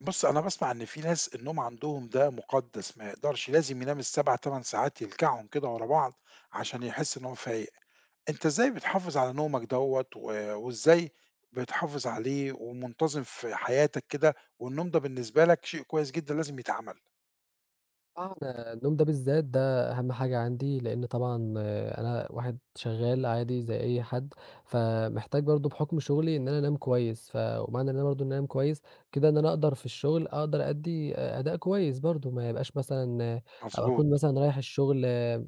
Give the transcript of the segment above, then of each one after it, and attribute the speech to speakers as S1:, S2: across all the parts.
S1: بُص، أنا باسمع إن في ناس النوم عندهم ده مُقدّس، ما يقدرش لازم ينام ال7، 8 ساعات يلكعهم كده ورا بعض عشان يحس إن هو فايق. أنت إزاي بتحافظ على نومك دوّة وإزاي بتحافظ عليه ومنتظم في حياتك كده، والنوم ده بالنسبة لك شيء كويس جدًا لازم يتعمل؟
S2: آه، أنا النوم ده بالذات ده أهم حاجة عندي، لإن طبعًا أنا واحد شغّال عادي زي أي حد، فمحتاج برضه بحُكم شغلي إن أنا أنام كويس. ومعنى إن أنا برضه إن أنا أنام كويس كده إن أنا أقدر في الشغل أقدر أدّي أداء كويس برضه، ما يبقاش مثلًا أو
S1: مضبوط.
S2: أكون مثلًا رايح الشغل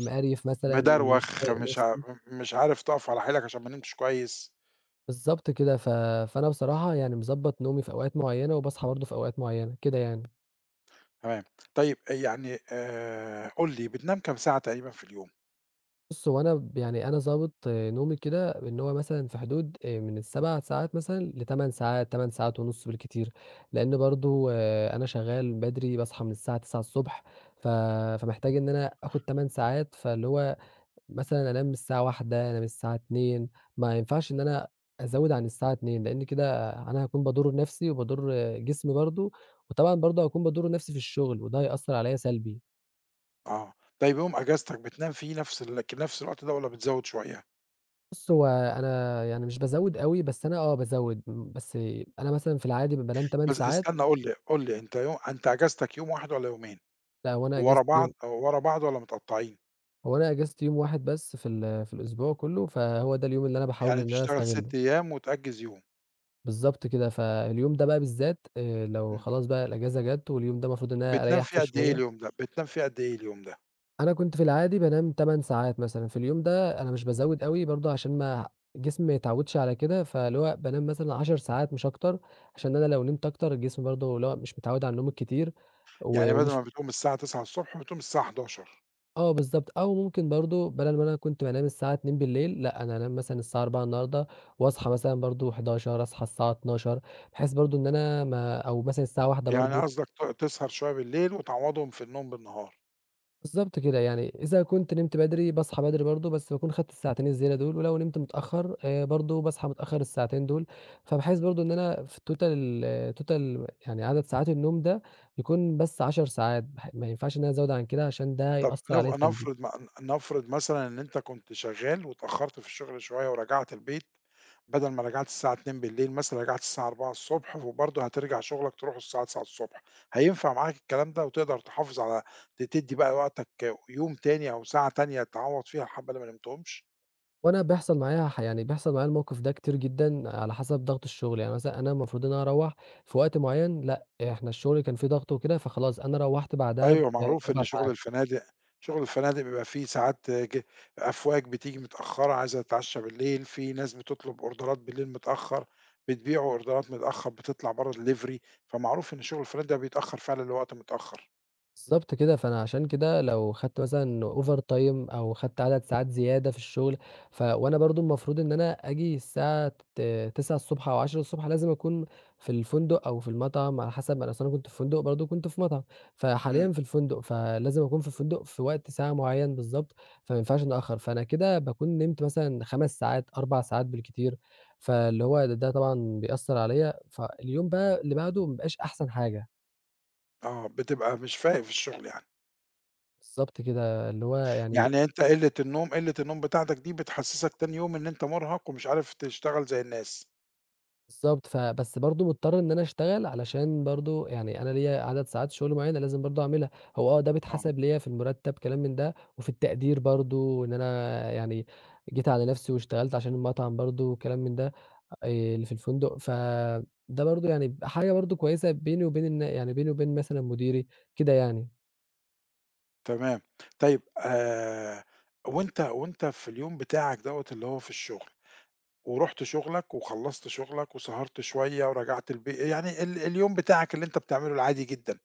S2: مقريف مثلًا، مش
S1: مدروخ،
S2: طايق
S1: مش ع
S2: نَفْسي
S1: م مش عارف تقف على حيلك عشان ما نمتش كويس.
S2: بالضبط كده. فأنا بصراحة يعني مضبّط نومي في أوقات معيّنة وباصحى برضه في أوقات معيّنة، كده يعني.
S1: تمام. طيب يعني قُل لي بتنام كام ساعة تقريبًا في اليوم؟
S2: بُص، هو أنا يعني أنا ضابط نومي كده إن هو مثلًا في حدود من ال7 ساعات مثلًا ل8 ساعات، 8 ساعات ونُص بالكتير، لإن برضه أنا شغال بدري باصحى من الساعة 9:00 ص. ف فمحتاج إن أنا آخُد 8 ساعات، فاللي هو مثلًا أنام الساعة 01:00، أنام الساعة 02:00، ما ينفعش إن أنا أزوِّد عن الساعة 02:00، لإن كده أنا هاكون باضُر نَفْسي وباضُر جسمي برضه، وطبعًا برضه هاكون باضُر نَفْسي في الشُغل وده هيأثّر عليّا سلبي.
S1: آه. طيب يوم إجازتك بتنام فيه نفس ال ك نفس الوقت ده والّا بتزوّد شوية؟
S2: بُص، هو أنا يعني مش بازوّد أوي، بس أنا بازوّد، بس أنا مثلًا في العادي بانام 8
S1: بس
S2: ساعات.
S1: استنى، قُل لي، أنت إجازتك يوم واحد والّا يومين؟
S2: لأ
S1: ورا بعض ورا بعض والّا متقطّعين؟
S2: هو أنا إجازتي يوم واحد بس في في الأسبوع كُلّه، فهو ده اليوم اللي أنا باحاول
S1: يعني
S2: إن أنا
S1: بتشتغل
S2: أستغلّه.
S1: 6 أيام وتأجّز يوم.
S2: بالضبط كده، فاليوم ده بقى بالذات لو
S1: إمم.
S2: خلاص بقى الإجازة جات واليوم ده المفروض إن أنا
S1: بتنام
S2: أريّح فيه
S1: فيه قد إيه
S2: شوية.
S1: اليوم ده؟
S2: أنا كنت في العادي بانام 8 ساعات مثلًا، في اليوم ده أنا مش بازوّد أوي برضه عشان ما جسمي ما يتعوّدش على كده، فاللي هو بانام مثلًا 10 ساعات مش أكتر، عشان أنا لو نمت أكتر الجسم برضه اللي هو مش متعوّد على النوم الكتير. و
S1: يعني بدل
S2: ومش
S1: ما بتقوم الساعة 09:00 بتقوم الساعة 11:00.
S2: آه بالضبط، أو ممكن برضه بدل ما أنا كنت بانام الساعة 02:00 بالليل، لأ أنا هانام مثلًا الساعة 04:00 النهارده، وأصحى مثلًا برضه 11:00، أصحى الساعة 12:00، بحيث برضه إن أنا ما أو مثلًا الساعة 01:00
S1: يعني
S2: برضه.
S1: قصدك تسهر شوية بالليل وتعوّضهم في النوم بالنهار.
S2: بالضبط كده، يعني إذا كنت نمت بدري باصحى بدري برضه، بس باكون خدت الساعتين الزيادة دول، ولو نمت متأخر برضه باصحى متأخر الساعتين دول، فباحس برضه إن أنا في الtotal total يعني عدد ساعات النوم ده يكون بس 10 ساعات، ما ينفعش إن أنا أزوّد عن كده عشان ده
S1: طب
S2: هيأثّر
S1: نف
S2: عليَّ سلبي.
S1: نفرض م نفرض مثلًا إن أنت كنت شغال واتأخرت في الشغل شوية ورجعت البيت، بدل ما رجعت الساعة 02:00 بالليل مثلًا رجعت الساعة 04:00 ص، وبرضه هترجع شغلك تروحه الساعة 09:00 ص، هينفع معاك الكلام ده وتقدر تحافظ على تدّي بقى وقتك يوم تاني أو ساعة تانية تعوّض فيها الحبة اللي ما نمتهمش؟
S2: وأنا بيحصل معايا يعني بيحصل معايا الموقف ده كتير جدًا على حسب ضغط الشغل، يعني مثلًا أنا المفروض إن أنا أروّح في وقت معيّن، لأ إحنا الشغل كان في ضغط وكده، فخلاص أنا روّحت بعدها
S1: أيوه. معروف
S2: ب4
S1: إن شُغل
S2: ساعات.
S1: الفنادق شُغل الفنادق بيبقى فيه ساعات، أفواج بتيجي متأخّرة عايزة تتعشّى بالليل، في ناس بتطلب أوردرات بالليل متأخّر، بتبيعوا أوردرات متأخّر، بتطلع برّه delivery، فمعروف إن شُغل الفنادق ده بيتأخّر فعلًا لوقت متأخّر.
S2: بالضبط كده، فأنا عشان كده لو خدت مثلًا over time أو خدت عدد ساعات زيادة في الشغل، وأنا برضه المفروض إن أنا آجي الساعة 09:00 أو 10:00 لازم أكون في الفندق أو في المطعم على حسب. أنا أصل كنت في فندق برضه كنت في مطعم،
S1: إمم.
S2: فحاليًا في الفندق، فلازم أكون في الفندق في وقت ساعة معيّن بالضبط، فما ينفعش أتأخّر. فأنا كده باكون نمت مثلًا 5 ساعات، 4 ساعات بالكتير، فاللي هو ده طبعًا بيأثّر عليَّ، فاليوم بقى اللي بعده ما بيبقاش أحسن حاجة.
S1: آه، بتبقى مش فايق في الشُغل يعني.
S2: بالضبط كده، اللي هو يعني
S1: يعني أنت قِلّة النوم بتاعتك دي بتحسّسك تاني يوم إن أنت مُرهَق ومش عارف تشتغل زي الناس.
S2: بالضبط، فبس برضه مضطر إن أنا أشتغل علشان برضه يعني أنا ليّا عدد ساعات شغل معيّنة لازم برضه أعملها، هو آه ده
S1: آه.
S2: بيتحسب ليّا في المرتب كلام من ده، وفي التقدير برضه إن أنا يعني جيت على نفسي واشتغلت عشان المطعم برضه كلام من ده، آآ اللي في الفندق، فده برضه يعني حاجة برضه كويسة بيني وبين يعني بيني وبين مثلًا مديري كده يعني.
S1: تمام. طيب وأنت في اليوم بتاعك دوّة اللي هو في الشُغل، ورُحت شغلك وخلّصت شغلك وسهرت شوية ورجعت البي يعني اليوم بتاعك اللي أنت بتعمله العادي جدًا،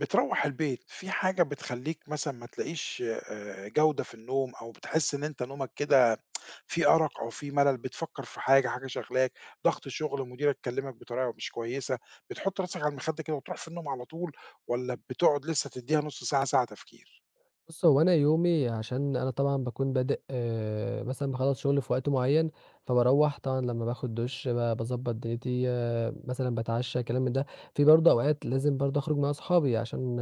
S1: بتروّح البيت، في حاجة بتخلّيك مثلًا ما تلاقيش جودة في النوم، أو بتحس إن أنت نومك كده في أرق أو في ملل، بتفكّر في حاجة، حاجة شاغلاك، ضغط شغل، مديرك كلّمك بطريقة مش كويسة، بتحُط راسك على المخدة كده وتروح في النوم على طول، والّا بتقعد لسه تدّيها نُص ساعة، ساعة تفكير؟
S2: بُص، هو أنا يومي عشان أنا طبعًا باكون بادئ مثلًا باخلّص شغل في وقت معيّن، فباروّح طبعًا لمّا باخد دُش باضبّط دنيتي، مثلًا باتعشّى كلام من ده، في برضه أوقات لازم برضه أخرج مع أصحابي عشان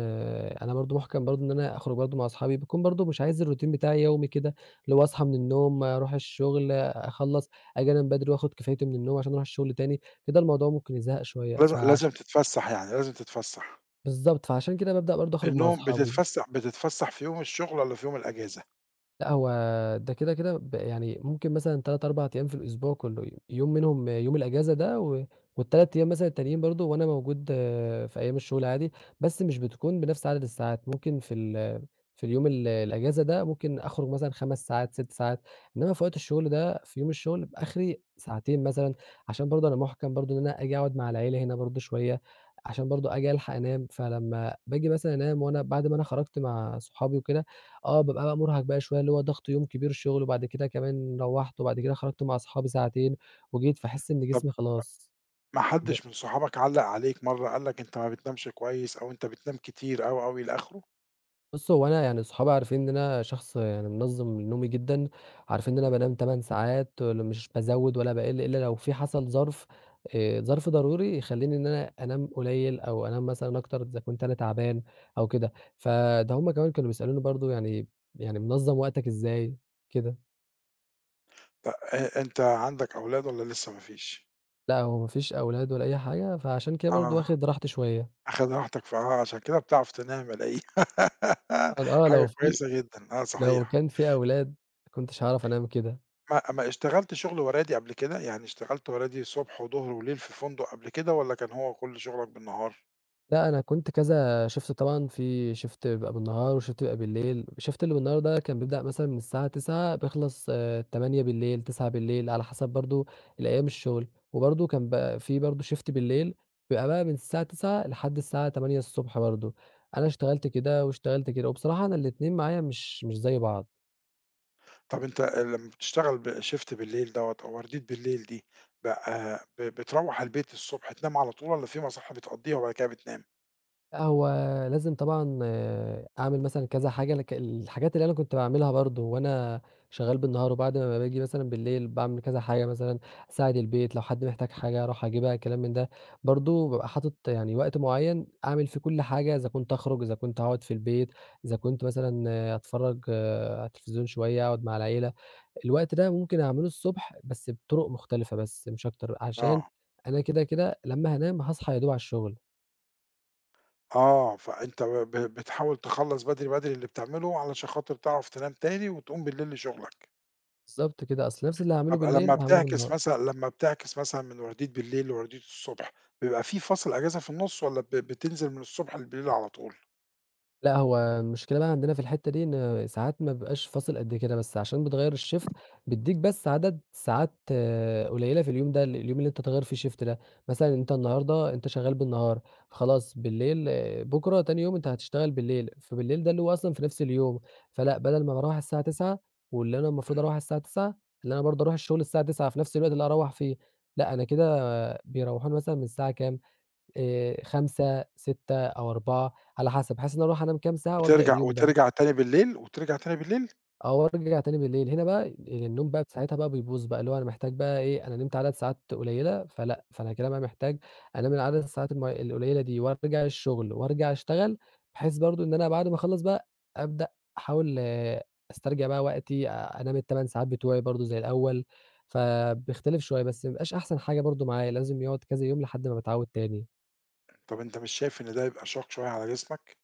S2: أنا برضه مُحكَم برضه إن أنا أخرج برضه مع أصحابي، باكون برضه مش عايز الروتين بتاعي يومي كده، اللي هو أصحى من النوم، أروح الشغل، أخلّص، آجي أنام بدري وآخد كفايتي من النوم عشان أروح الشغل تاني، كده الموضوع ممكن يزهق شوية.
S1: لازم لازم تتفسّح يعني، لازم تتفسّح.
S2: بالضبط، فعشان كده بابدأ برضه أخرج مع أصحابي.
S1: بتتفسّح في يوم الشغل والّا في يوم الأجازة؟
S2: لأ، هو ده كده، كده يعني ممكن مثلًا 3، 4 أيام في الأسبوع كله، يوم منهم يوم الأجازة ده، وال3 أيام مثلًا التانيين برضه وأنا موجود آه، في أيام الشغل عادي، بس مش بتكون بنفس عدد الساعات، ممكن في ال في اليوم ال الأجازة ده ممكن أخرج مثلًا 5 ساعات، 6 ساعات، إنما في وقت الشغل ده في يوم الشغل بيبقى آخري ساعتين مثلًا، عشان برضه أنا مُحكَم برضه إن أنا آجي أقعد مع العيلة هنا برضه شوية، عشان برضه آجي ألحق أنام. فلمّا باجي مثلًا أنام وأنا بعد ما أنا خرجت مع صحابي وكده آه، بابقى بقى مُرهق بقى شوية، اللي هو ضغط يوم كبير شُغل، وبعد كده كمان روّحت، وبعد كده خرجت مع أصحابي ساعتين وجيت، فاحس إن
S1: طَب
S2: جسمي خلاص
S1: ما
S2: كده.
S1: حدش من صحابك علّق عليك مرّة قال لك أنت ما بتنامش كويس أو أنت بتنام كتير، أو إلى آخره؟
S2: بُص، هو أنا يعني صحابي عارفين إن أنا شخص يعني منظّم نومي جدًا، عارفين إن أنا
S1: إمم.
S2: بانام 8 ساعات، مش بازوّد ولا باقِل، إلا لو في حصل ظرف ظرف ضروري يخلّيني إن أنا أنام قليل، أو أنام مثلًا أكتر إذا كنت أنا تعبان أو كده، فده هُم كمان كانوا بيسألوني برضه يعني يعني منظّم وقتك إزاي؟ كده.
S1: ط أ أنت عندك أولاد والّا لسه ما فيش؟
S2: لأ، هو ما فيش أولاد ولا أي حاجة، فعشان كده برضه
S1: آه.
S2: واخد راحتي شوية.
S1: آخد راحتك، ف آه، عشان كده بتعرف تنام ألاقيه
S2: طبعًا آه،
S1: حاجة كويسة جدًا، آه
S2: لو
S1: صحيح.
S2: كان في أولاد ما كنتش هاعرف أنام كده.
S1: ما اشتغلت شغل ورادي قبل كده؟ يعني اشتغلت ورادي صبح وضهر وليل في فندق قبل كده والّا كان هو كل شغلك بالنهار؟
S2: لأ، أنا كنت كذا shift طبعًا، في shift بيبقى بالنهار وshift بيبقى بالليل. الshift اللي بالنهار ده كان بيبدأ مثلًا من الساعة 21:00، بيخلص 20:00، 21:00 على حسب برضه الأيام الشغل. وبرضه كان بقى في برضه shift بالليل بيبقى بقى من الساعة 21:00 لحد الساعة 8:00 برضه. أنا اشتغلت كده واشتغلت كده، وبصراحة أنا الاتنين معايا مش زي بعض.
S1: طب أنت لمّا بتشتغل ب shift بالليل دوّة أو وردية بالليل دي، بقى بتروّح البيت الصبح تنام على طول، والّا في مصحة بتقضّيها وبعد كده بتنام؟
S2: لأ، هو لازم طبعًا أعمل مثلًا كذا حاجة الحاجات اللي أنا كنت باعملها برضه وأنا شغال بالنهار، وبعد ما باجي مثلًا بالليل باعمل كذا حاجة مثلًا أساعد البيت، لو حد محتاج حاجة أروح أجيبها كلام من ده، برضه بابقى حاطط يعني وقت معين أعمل فيه كل حاجة، إذا كنت أخرج، إذا كنت أقعد في البيت، إذا كنت مثلًا أتفرج على التلفزيون شوية، أقعد مع العيلة، الوقت ده ممكن أعمله الصبح بس بطرق مختلفة بس مش أكتر، عشان
S1: آه.
S2: أنا كده كده لمّا هانام هاصحى يا دوب على الشغل.
S1: آه، فأنت ب ب بتحاول تخلّص بدري، بدري اللي بتعمله علشان خاطر تعرف تنام تاني وتقوم بالليل لشغلك.
S2: بالضبط كده، أصل نفْس اللي هاعمله
S1: طب لمّا
S2: بالليل هاعمله
S1: بتعكس
S2: بالنهار.
S1: مثلًا لمّا بتعكس مثلًا من وردية بالليل لوردية الصبح، بيبقى في فصل أجازة في النُص والّا بتنزل من الصبح للليل على طول؟
S2: لأ، هو المشكلة بقى عندنا في الحتّة دي إن ساعات ما بيبقاش فاصل قد كده، بس عشان بتغيّر الShift بيدّيك بس عدد ساعات قليّلة في اليوم ده، اليوم اللي أنت هتغيّر فيه Shift ده، مثلًا أنت النهارده أنت شغّال بالنهار، خلاص بالليل بُكرة تاني يوم أنت هتشتغل بالليل، فبالليل ده اللي هو أصلًا في نفْس اليوم، فلأ، بدل ما باروّح الساعة 21:00 واللي أنا المفروض
S1: اهم.
S2: أروّح الساعة 21:00 اللي أنا برضه أروح الشغل الساعة 21:00 في نفْس الوقت اللي هاروّح فيه، لأ، أنا كده بيروّحوني مثلًا من الساعة كام؟ 5، 6 أو 4 على حسب، بحيث إن أنا أروح أنام كام ساعة وأبدأ
S1: وترجع
S2: اليوم ده،
S1: وترجع تاني بالليل، وترجع تاني بالليل؟
S2: آه، وأرجع تاني بالليل. هنا بقى النوم بقى ساعتها بقى بيبوظ بقى، اللي هو أنا محتاج بقى إيه، أنا نمت عدد ساعات قليلة فلأ، فأنا كده بقى محتاج أنام العدد الساعات القليلة دي وأرجع الشغل وأرجع أشتغل، بحيث برضه إن أنا بعد ما أخلّص بقى أبدأ أحاول آه، أسترجع بقى وقتي، أنام ال8 ساعات بتوعي برضه زي الأول، فبيختلف شوية، بس ما بيبقاش أحسن حاجة برضه معايا، لازم يقعد كذا يوم لحد ما باتعود تاني.
S1: طب أنت مش شايف إن ده يبقى شاق شوية على جسمك؟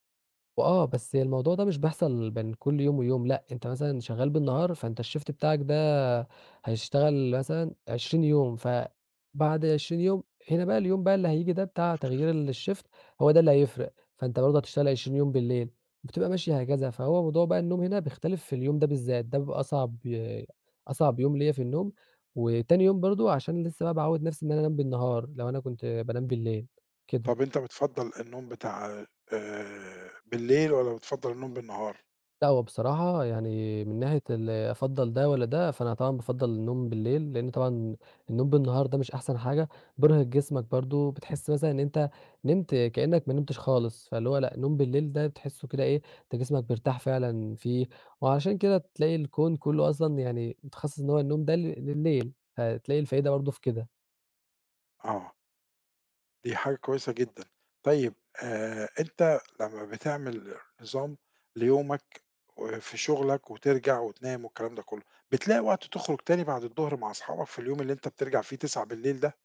S2: وآه، بس الموضوع ده مش بيحصل بين كل يوم ويوم، لأ، أنت مثلًا شغال بالنهار، فأنت الShift بتاعك ده هيشتغل مثلًا 20 يوم، فبعد 20 يوم هنا بقى اليوم بقى اللي هييجي ده بتاع تغيير الShift هو ده اللي هيفرق، فأنت برضه هتشتغل 20 يوم بالليل، بتبقى ماشية هكذا، فهو موضوع بقى النوم هنا بيختلف في اليوم ده بالذات، ده بيبقى أصعب يوم ليّا في النوم، وتاني يوم برضه عشان لسه بقى باعوّد نفسي إن أنا أنام بالنهار، لو أنا كنت بانام بالليل، كده.
S1: طب أنت بتفضّل النوم بتاع بالليل والّا بتفضّل النوم بالنهار؟
S2: لأ، هو بصراحة يعني من ناحية أفضّل ده والّا ده، فأنا طبعًا بافضّل النوم بالليل، لإن طبعًا النوم بالنهار ده مش أحسن حاجة، بيرهق جسمك برضه، بتحس مثلًا إن أنت نمت كإنّك ما نمتش خالص، فاللي هو لأ، النوم بالليل ده بتحسّه كده إيه، أنت جسمك بيرتاح فعلًا فيه، وعلشان كده تلاقي الكون كلّه أصلًا يعني متخصّص إن هو النوم ده لليل، فتلاقي الفايدة برضه في كده.
S1: آه، دي حاجة كويسة جدًا. طيب أنت لمّا بتعمل نظام ليومك وفي شغلك وترجع وتنام والكلام ده كُلّه، بتلاقي وقت تخرج تاني بعد الضهر مع أصحابك في اليوم اللي أنت بترجع فيه 21:00 ده؟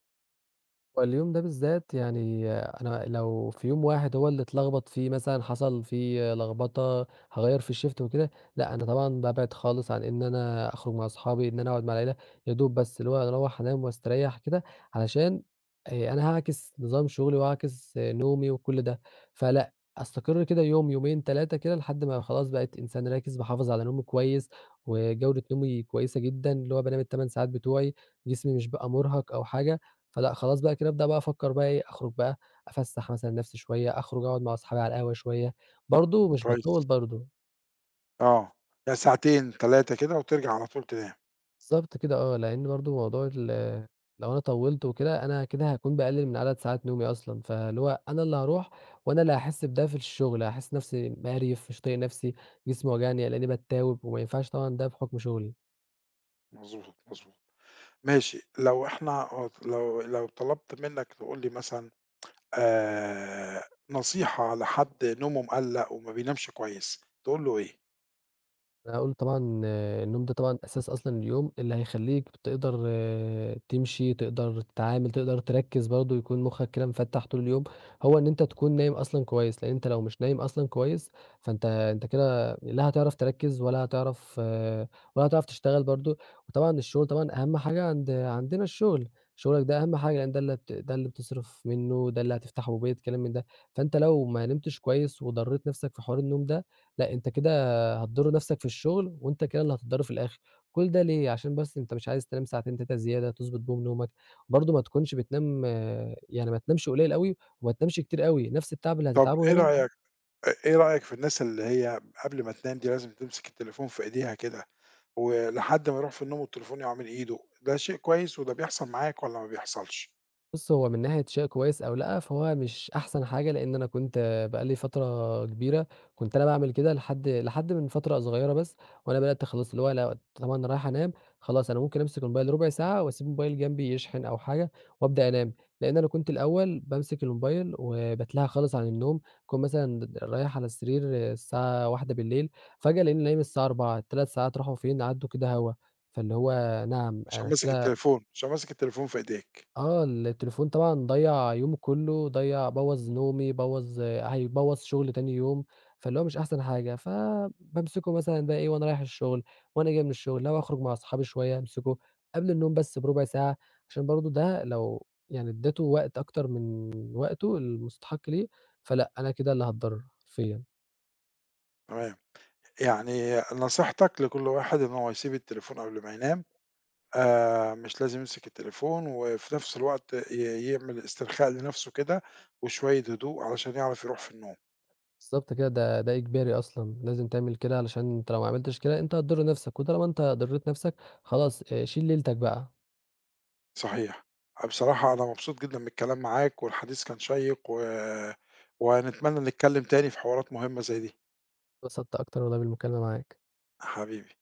S2: واليوم ده بالذات يعني أنا لو في يوم واحد هو اللي اتلخبط فيه مثلًا حصل فيه لخبطة، هاغيّر في الshift وكده، لأ أنا طبعًا بابعد خالص عن إن أنا أخرج مع أصحابي، إن أنا أقعد مع العيلة، يا دوب بس اللي هو أروّح أنام واستريّح كده، علشان أنا هاعكس نظام شغلي وهاعكس نومي وكل ده، فلأ أستقر كده يوم، يومين، 3 كده لحد ما خلاص بقيت إنسان راكز باحافظ على نومي كويس، وجودة نومي كويسة جدًا، اللي هو بانام ال8 ساعات بتوعي، جسمي مش بقى مُرهق أو حاجة. فلأ خلاص بقى كده أبدأ بقى أفكّر بقى إيه، أخرج بقى أفسّح مثلًا نَفْسي شوية، أخرج أقعد مع أصحابي على القهوة شوية، برضه مش
S1: كويس،
S2: باطوّل برضه.
S1: آه. يعني ساعتين، 3 كده وترجع على طول تنام.
S2: بالضبط كده آه، لإن برضه موضوع لو أنا طوّلت وكده أنا كده هاكون باقلِّل من عدد ساعات نومي أصلًا، فاللي هو أنا اللي هاروح وأنا اللي هاحس بده في الشغل، هاحس نَفْسي مقريف، مش طايق نَفْسي، جسمي واجعني، هالاقيني باتاوب وما ينفعش طبعًا ده بحُكم شغلي.
S1: مضبوط، مضبوط. ماشي، لو إحنا آه، لو لو طلبت منّك تقول لي مثلًا آآ نصيحة لحد نومه مقلّق وما بينامش كويس، تقول له إيه؟
S2: أنا هاقول طبعًا آه، النوم ده طبعًا أساس أصلًا اليوم، اللي هيخلّيك تقدر آه، تمشي، تقدر تتعامل، تقدر تركّز برضه، يكون مُخّك كده مفتّح طول اليوم، هو إن أنت تكون نايم أصلًا كويس، لإن أنت لو مش نايم أصلًا كويس، فأنت كده لا هتعرف تركّز ولا هتعرف آه، ولا هتعرف تشتغل برضه، وطبعًا الشغل طبعًا أهم حاجة عندنا الشغل، شغلك ده أهم حاجة لإن ده اللي هت ده اللي بتصرف منّه، ده اللي هتفتحه بيت، كلام من ده، فأنت لو ما نمتش كويس وضرّيت نَفْسك في حوار النوم ده، لأ أنت كده هتضر نفسك في الشغل وأنت كده اللي هتتضر في الآخر. كل ده ليه؟ عشان بس أنت مش عايز تنام ساعتين 3 زيادة تضبط بيهم نومك، برضه ما تكونش بتنام آه، يعني ما تنامش قليل أوي وما تنامش كتير أوي، نفس التعب اللي
S1: طب
S2: هتتعبه
S1: إيه
S2: هنا.
S1: رأيك أ إيه رأيك في الناس اللي هي قبل ما تنام دي لازم تمسك التليفون في إيديها كده، ولحد ما يروح في النوم والتليفون يقع من إيده، ده شيء كويس وده بيحصل معاك والّا ما بيحصلش؟
S2: بُص، هو من ناحية شيء كويس أو لأ، فهو مش أحسن حاجة، لإن أنا كنت بقى لي فترة كبيرة كنت أنا باعمل كده لحد من فترة صغيرة بس، وأنا بدأت خلاص اللي هو أنا طبعًا أنا رايح أنام، خلاص أنا ممكن أمسك الموبايل ربع ساعة وأسيب الموبايل جنبي يشحن أو حاجة وأبدأ أنام، لإن أنا كنت الأول بامسك الموبايل وباتلهى خالص عن النوم، أكون مثلًا رايح على السرير الساعة 01:00 فجأة ألاقيني نايم الساعة 04:00، ال3 ساعات راحوا فين؟ عدّوا كده هوا. فاللي هو نعم
S1: عشان
S2: أنا
S1: ماسك
S2: كده
S1: التليفون عشان ماسك التليفون في إيديك.
S2: آه، التليفون طبعًا ضيّع يومي كُلّه، ضيّع بوّظ
S1: إمم.
S2: نومي، بوّظ هيبوّظ شغلي تاني يوم، فاللي هو مش أحسن حاجة، فبامسكه مثلًا بقى إيه وأنا رايح الشغل، وأنا جاي من الشغل، لو هاخرج مع أصحابي شوية أمسكه، قبل النوم بس بربع ساعة، عشان برضه ده لو يعني ادّيته وقت أكتر من وقته المستحق ليه، فلأ، أنا كده اللي هاتضرر حرفيًا.
S1: تمام، يعني نصيحتك لكل واحد إن هو يسيب التليفون قبل ما ينام، مش لازم يمسك التليفون، وفي نفس الوقت يعمل استرخاء لنفسه كده، وشوية هدوء علشان يعرف يروح في النوم.
S2: بالضبط كده، ده إجباري أصلًا، لازم تعمل كده علشان أنت لو ما عملتش كده أنت هتضر نفسك، وطالما أنت ضريت نفسك خلاص شيل ليلتك بقى.
S1: صحيح. بصراحة أنا مبسوط جدًا من الكلام معاك، والحديث كان شيّق، ونتمنى نتكلم تاني في حوارات مهمة زي دي.
S2: اتبسطت أكتر والله بالمكالمة معاك.
S1: حبيبي.